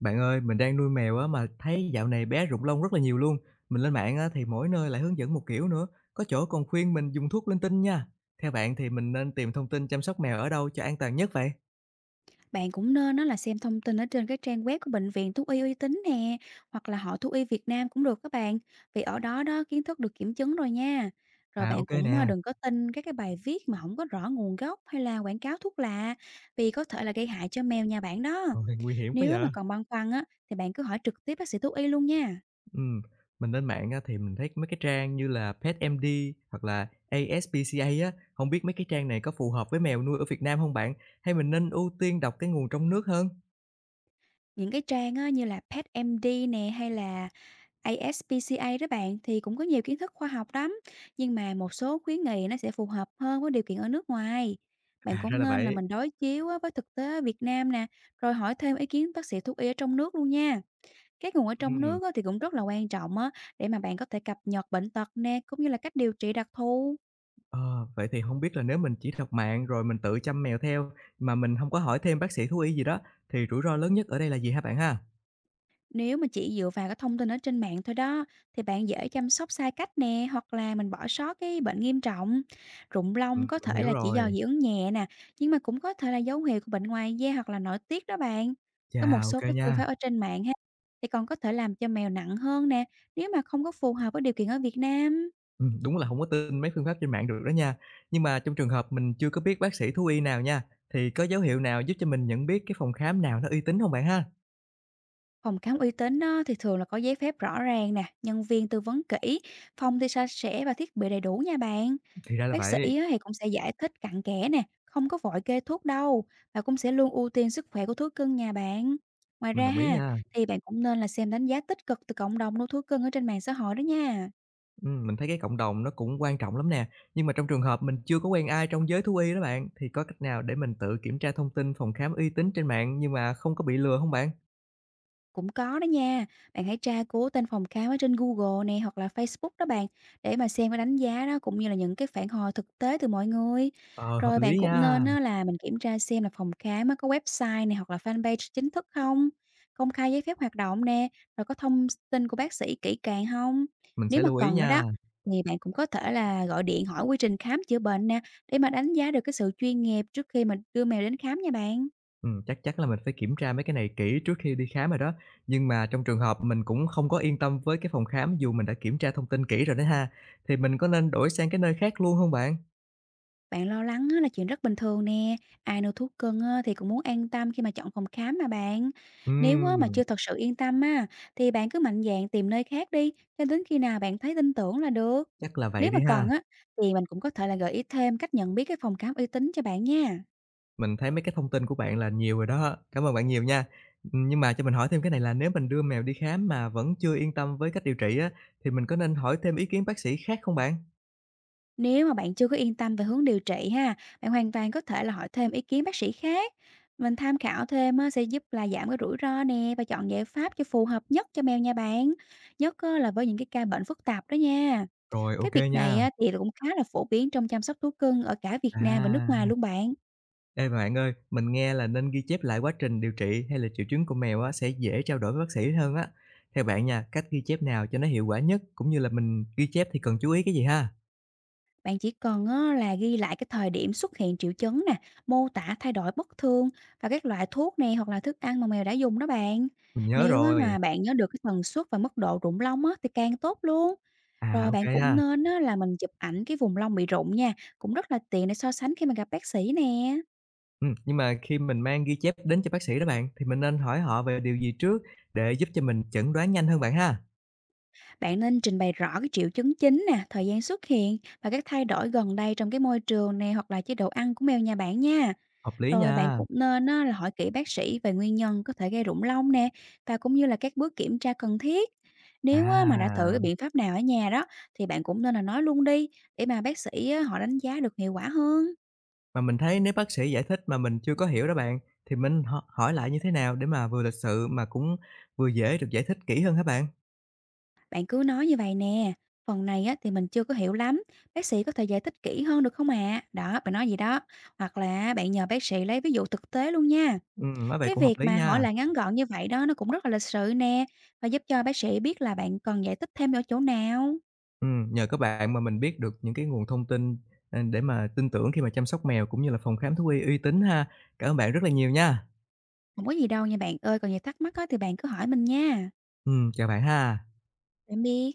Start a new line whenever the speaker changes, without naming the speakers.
Bạn ơi, mình đang nuôi mèo á mà thấy dạo này bé rụng lông rất là nhiều luôn. Mình lên mạng á thì mỗi nơi lại hướng dẫn một kiểu nữa, có chỗ còn khuyên mình dùng thuốc linh tinh nha. Theo bạn thì mình nên tìm thông tin chăm sóc mèo ở đâu cho an toàn nhất vậy?
Bạn cũng nên đó là xem thông tin ở trên cái trang web của bệnh viện thú y uy tín nè, hoặc là họ thú y Việt Nam cũng được các bạn, vì ở đó đó kiến thức được kiểm chứng rồi nha. Rồi
À,
bạn
ok
cũng
nè.
đừng có tin các cái bài viết mà không có rõ nguồn gốc hay là quảng cáo thuốc lạ, vì có thể là gây hại cho mèo nhà bạn đó.
Ôi, nguy hiểm quá
Nếu á mà
vậy.
còn băn khoăn á, thì bạn cứ hỏi trực tiếp bác sĩ thú y luôn nha.
Ừ, mình lên mạng á thì mình thấy mấy cái trang như là PetMD hoặc là ASPCA á, không biết mấy cái trang này có phù hợp với mèo nuôi ở Việt Nam không bạn? Hay mình nên ưu tiên đọc cái nguồn trong nước hơn?
Những cái trang á, như là PetMD nè hay là ASPCA đó bạn thì cũng có nhiều kiến thức khoa học lắm, nhưng mà một số khuyến nghị nó sẽ phù hợp hơn với điều kiện ở nước ngoài. Bạn
À ra
cũng
là
nên là
vậy.
mình đối chiếu á, với thực tế ở Việt Nam nè, rồi hỏi thêm ý kiến bác sĩ thuốc y ở trong nước luôn nha. Các nguồn ở trong
Ừ.
nước á, thì cũng rất là quan trọng á, để mà bạn có thể cập nhật bệnh tật nè, cũng như là cách điều trị đặc thù.
Ờ, vậy thì không biết là nếu mình chỉ đọc mạng rồi mình tự chăm mèo theo, mà mình không có hỏi thêm bác sĩ thú y gì đó, thì rủi ro lớn nhất ở đây là gì hả bạn ha?
Nếu mà chỉ dựa vào cái thông tin ở trên mạng thôi đó thì bạn dễ chăm sóc sai cách nè, hoặc là mình bỏ sót cái bệnh nghiêm trọng. Rụng lông có
Mình
thể
hiểu
là chỉ
rồi.
do dị ứng nhẹ nè, nhưng mà cũng có thể là dấu hiệu của bệnh ngoài da hoặc là nội tiết đó bạn.
Chà,
Có một
ok
số cái
nha.
phương pháp ở trên mạng ha, thì còn có thể làm cho mèo nặng hơn nè, nếu mà không có phù hợp với điều kiện ở Việt Nam.
Đúng là không có tin mấy phương pháp trên mạng được đó nha. Nhưng mà trong trường hợp mình chưa có biết bác sĩ thú y nào nha, thì có dấu hiệu nào giúp cho mình nhận biết cái phòng khám nào nó uy tín không bạn ha?
Phòng khám uy tín đó thì thường là có giấy phép rõ ràng nè, nhân viên tư vấn kỹ, phòng thì sạch sẽ và thiết bị đầy đủ nha bạn.
Thì ra là
Bác sĩ
vậy,
á thì cũng sẽ giải thích cặn kẽ nè, không có vội kê thuốc đâu, và cũng sẽ luôn ưu tiên sức khỏe của thú cưng nhà bạn. Ngoài
mình
ra
đồng ý
ha,
nha.
thì bạn cũng nên là xem đánh giá tích cực từ cộng đồng nuôi thú cưng ở trên mạng xã hội đó nha.
Mình thấy cái cộng đồng nó cũng quan trọng lắm nè. Nhưng mà trong trường hợp mình chưa có quen ai trong giới thú y đó bạn, thì có cách nào để mình tự kiểm tra thông tin phòng khám uy tín trên mạng nhưng mà không có bị lừa không bạn?
Cũng có đó nha. Bạn hãy tra cứu tên phòng khám ở trên Google nè, hoặc là Facebook đó bạn, để mà xem cái đánh giá đó, cũng như là những cái phản hồi thực tế từ mọi người.
Ờ, hợp
Rồi bạn
lý
cũng nên
nha,
á, là mình kiểm tra xem là phòng khám á, có website này hoặc là fanpage chính thức không, công khai giấy phép hoạt động nè, rồi có thông tin của bác sĩ kỹ càng không.
mình
Nếu
sẽ
mà
lưu ý
cần nữa
nha.
đó, thì bạn cũng có thể là gọi điện hỏi quy trình khám chữa bệnh nè, để mà đánh giá được cái sự chuyên nghiệp trước khi mà đưa mèo đến khám nha bạn.
Chắc chắn là mình phải kiểm tra mấy cái này kỹ trước khi đi khám rồi đó. Nhưng mà trong trường hợp mình cũng không có yên tâm với cái phòng khám dù mình đã kiểm tra thông tin kỹ rồi đó ha, thì mình có nên đổi sang cái nơi khác luôn không bạn?
Bạn lo lắng á là chuyện rất bình thường nè, ai nuôi thú cưng á thì cũng muốn an tâm khi mà chọn phòng khám mà bạn. Nếu á mà
Ừm,
chưa thật sự yên tâm á, thì bạn cứ mạnh dạn tìm nơi khác đi, cho đến khi nào bạn thấy tin tưởng là được.
chắc là vậy
Nếu mà
đi
còn
ha.
á, thì mình cũng có thể là gợi ý thêm cách nhận biết cái phòng khám uy tín cho bạn nha.
Mình thấy mấy cái thông tin của bạn là nhiều rồi đó. Cảm ơn bạn nhiều nha. Nhưng mà cho mình hỏi thêm cái này là nếu mình đưa mèo đi khám mà vẫn chưa yên tâm với cách điều trị á, thì mình có nên hỏi thêm ý kiến bác sĩ khác không bạn?
Nếu mà bạn chưa có yên tâm về hướng điều trị ha, bạn hoàn toàn có thể là hỏi thêm ý kiến bác sĩ khác. Mình tham khảo thêm á, sẽ giúp là giảm cái rủi ro nè, và chọn giải pháp cho phù hợp nhất cho mèo nhà bạn. Nhất á, là với những cái ca bệnh phức tạp đó nha.
Rồi,
Cái
ok
việc
nha.
này á, thì cũng khá là phổ biến trong chăm sóc thú cưng ở cả Việt Nam và nước
À,
ngoài luôn bạn.
ê, bạn ơi, mình nghe là nên ghi chép lại quá trình điều trị hay là triệu chứng của mèo á, sẽ dễ trao đổi với bác sĩ hơn á. Theo bạn nha, cách ghi chép nào cho nó hiệu quả nhất, cũng như là mình ghi chép thì cần chú ý cái gì ha?
Bạn chỉ cần á, là ghi lại cái thời điểm xuất hiện triệu chứng nè, mô tả thay đổi bất thường, và các loại thuốc này hoặc là thức ăn mà mèo đã dùng đó bạn.
Mình nhớ
Nếu á,
rồi.
mà bạn nhớ được cái tần suất và mức độ rụng lông á, thì càng tốt luôn.
À,
Rồi
ok
bạn cũng
ha.
nên á, là mình chụp ảnh cái vùng lông bị rụng nha, cũng rất là tiện để so sánh khi mà gặp bác sĩ nè.
Nhưng mà khi mình mang ghi chép đến cho bác sĩ đó bạn, thì mình nên hỏi họ về điều gì trước để giúp cho mình chẩn đoán nhanh hơn bạn ha?
Bạn nên trình bày rõ cái triệu chứng chính nè, thời gian xuất hiện, và các thay đổi gần đây trong cái môi trường này hoặc là chế độ ăn của mèo nhà bạn nha.
Hợp lý
Rồi bạn
nha.
cũng nên á, là hỏi kỹ bác sĩ về nguyên nhân có thể gây rụng lông nè, và cũng như là các bước kiểm tra cần thiết. Nếu á, mà đã thử cái
À,
biện pháp nào ở nhà đó, thì bạn cũng nên là nói luôn đi, để mà bác sĩ á, họ đánh giá được hiệu quả hơn.
mà mình thấy nếu bác sĩ giải thích mà mình chưa có hiểu đó bạn, thì mình hỏi lại như thế nào để mà vừa lịch sự mà cũng vừa dễ được giải thích kỹ hơn hả bạn?
Bạn cứ nói như vậy nè. Phần này á, thì mình chưa có hiểu lắm. Bác sĩ có thể giải thích kỹ hơn được không ạ? À? Đó, bạn nói gì đó. Hoặc là bạn nhờ bác sĩ lấy ví dụ thực tế luôn nha.
Nói vậy
Cái
cũng hợp
việc
lý
mà hỏi
nha.
lại ngắn gọn như vậy đó, nó cũng rất là lịch sự nè, và giúp cho bác sĩ biết là bạn cần giải thích thêm ở chỗ nào.
Nhờ các bạn mà mình biết được những cái nguồn thông tin, ờ, để mà tin tưởng khi mà chăm sóc mèo cũng như là phòng khám thú y uy tín ha. Cảm ơn bạn rất là nhiều nha.
Không có gì đâu nha bạn ơi, còn gì thắc mắc á thì bạn cứ hỏi mình nha.
Chào bạn ha.
Tạm biệt.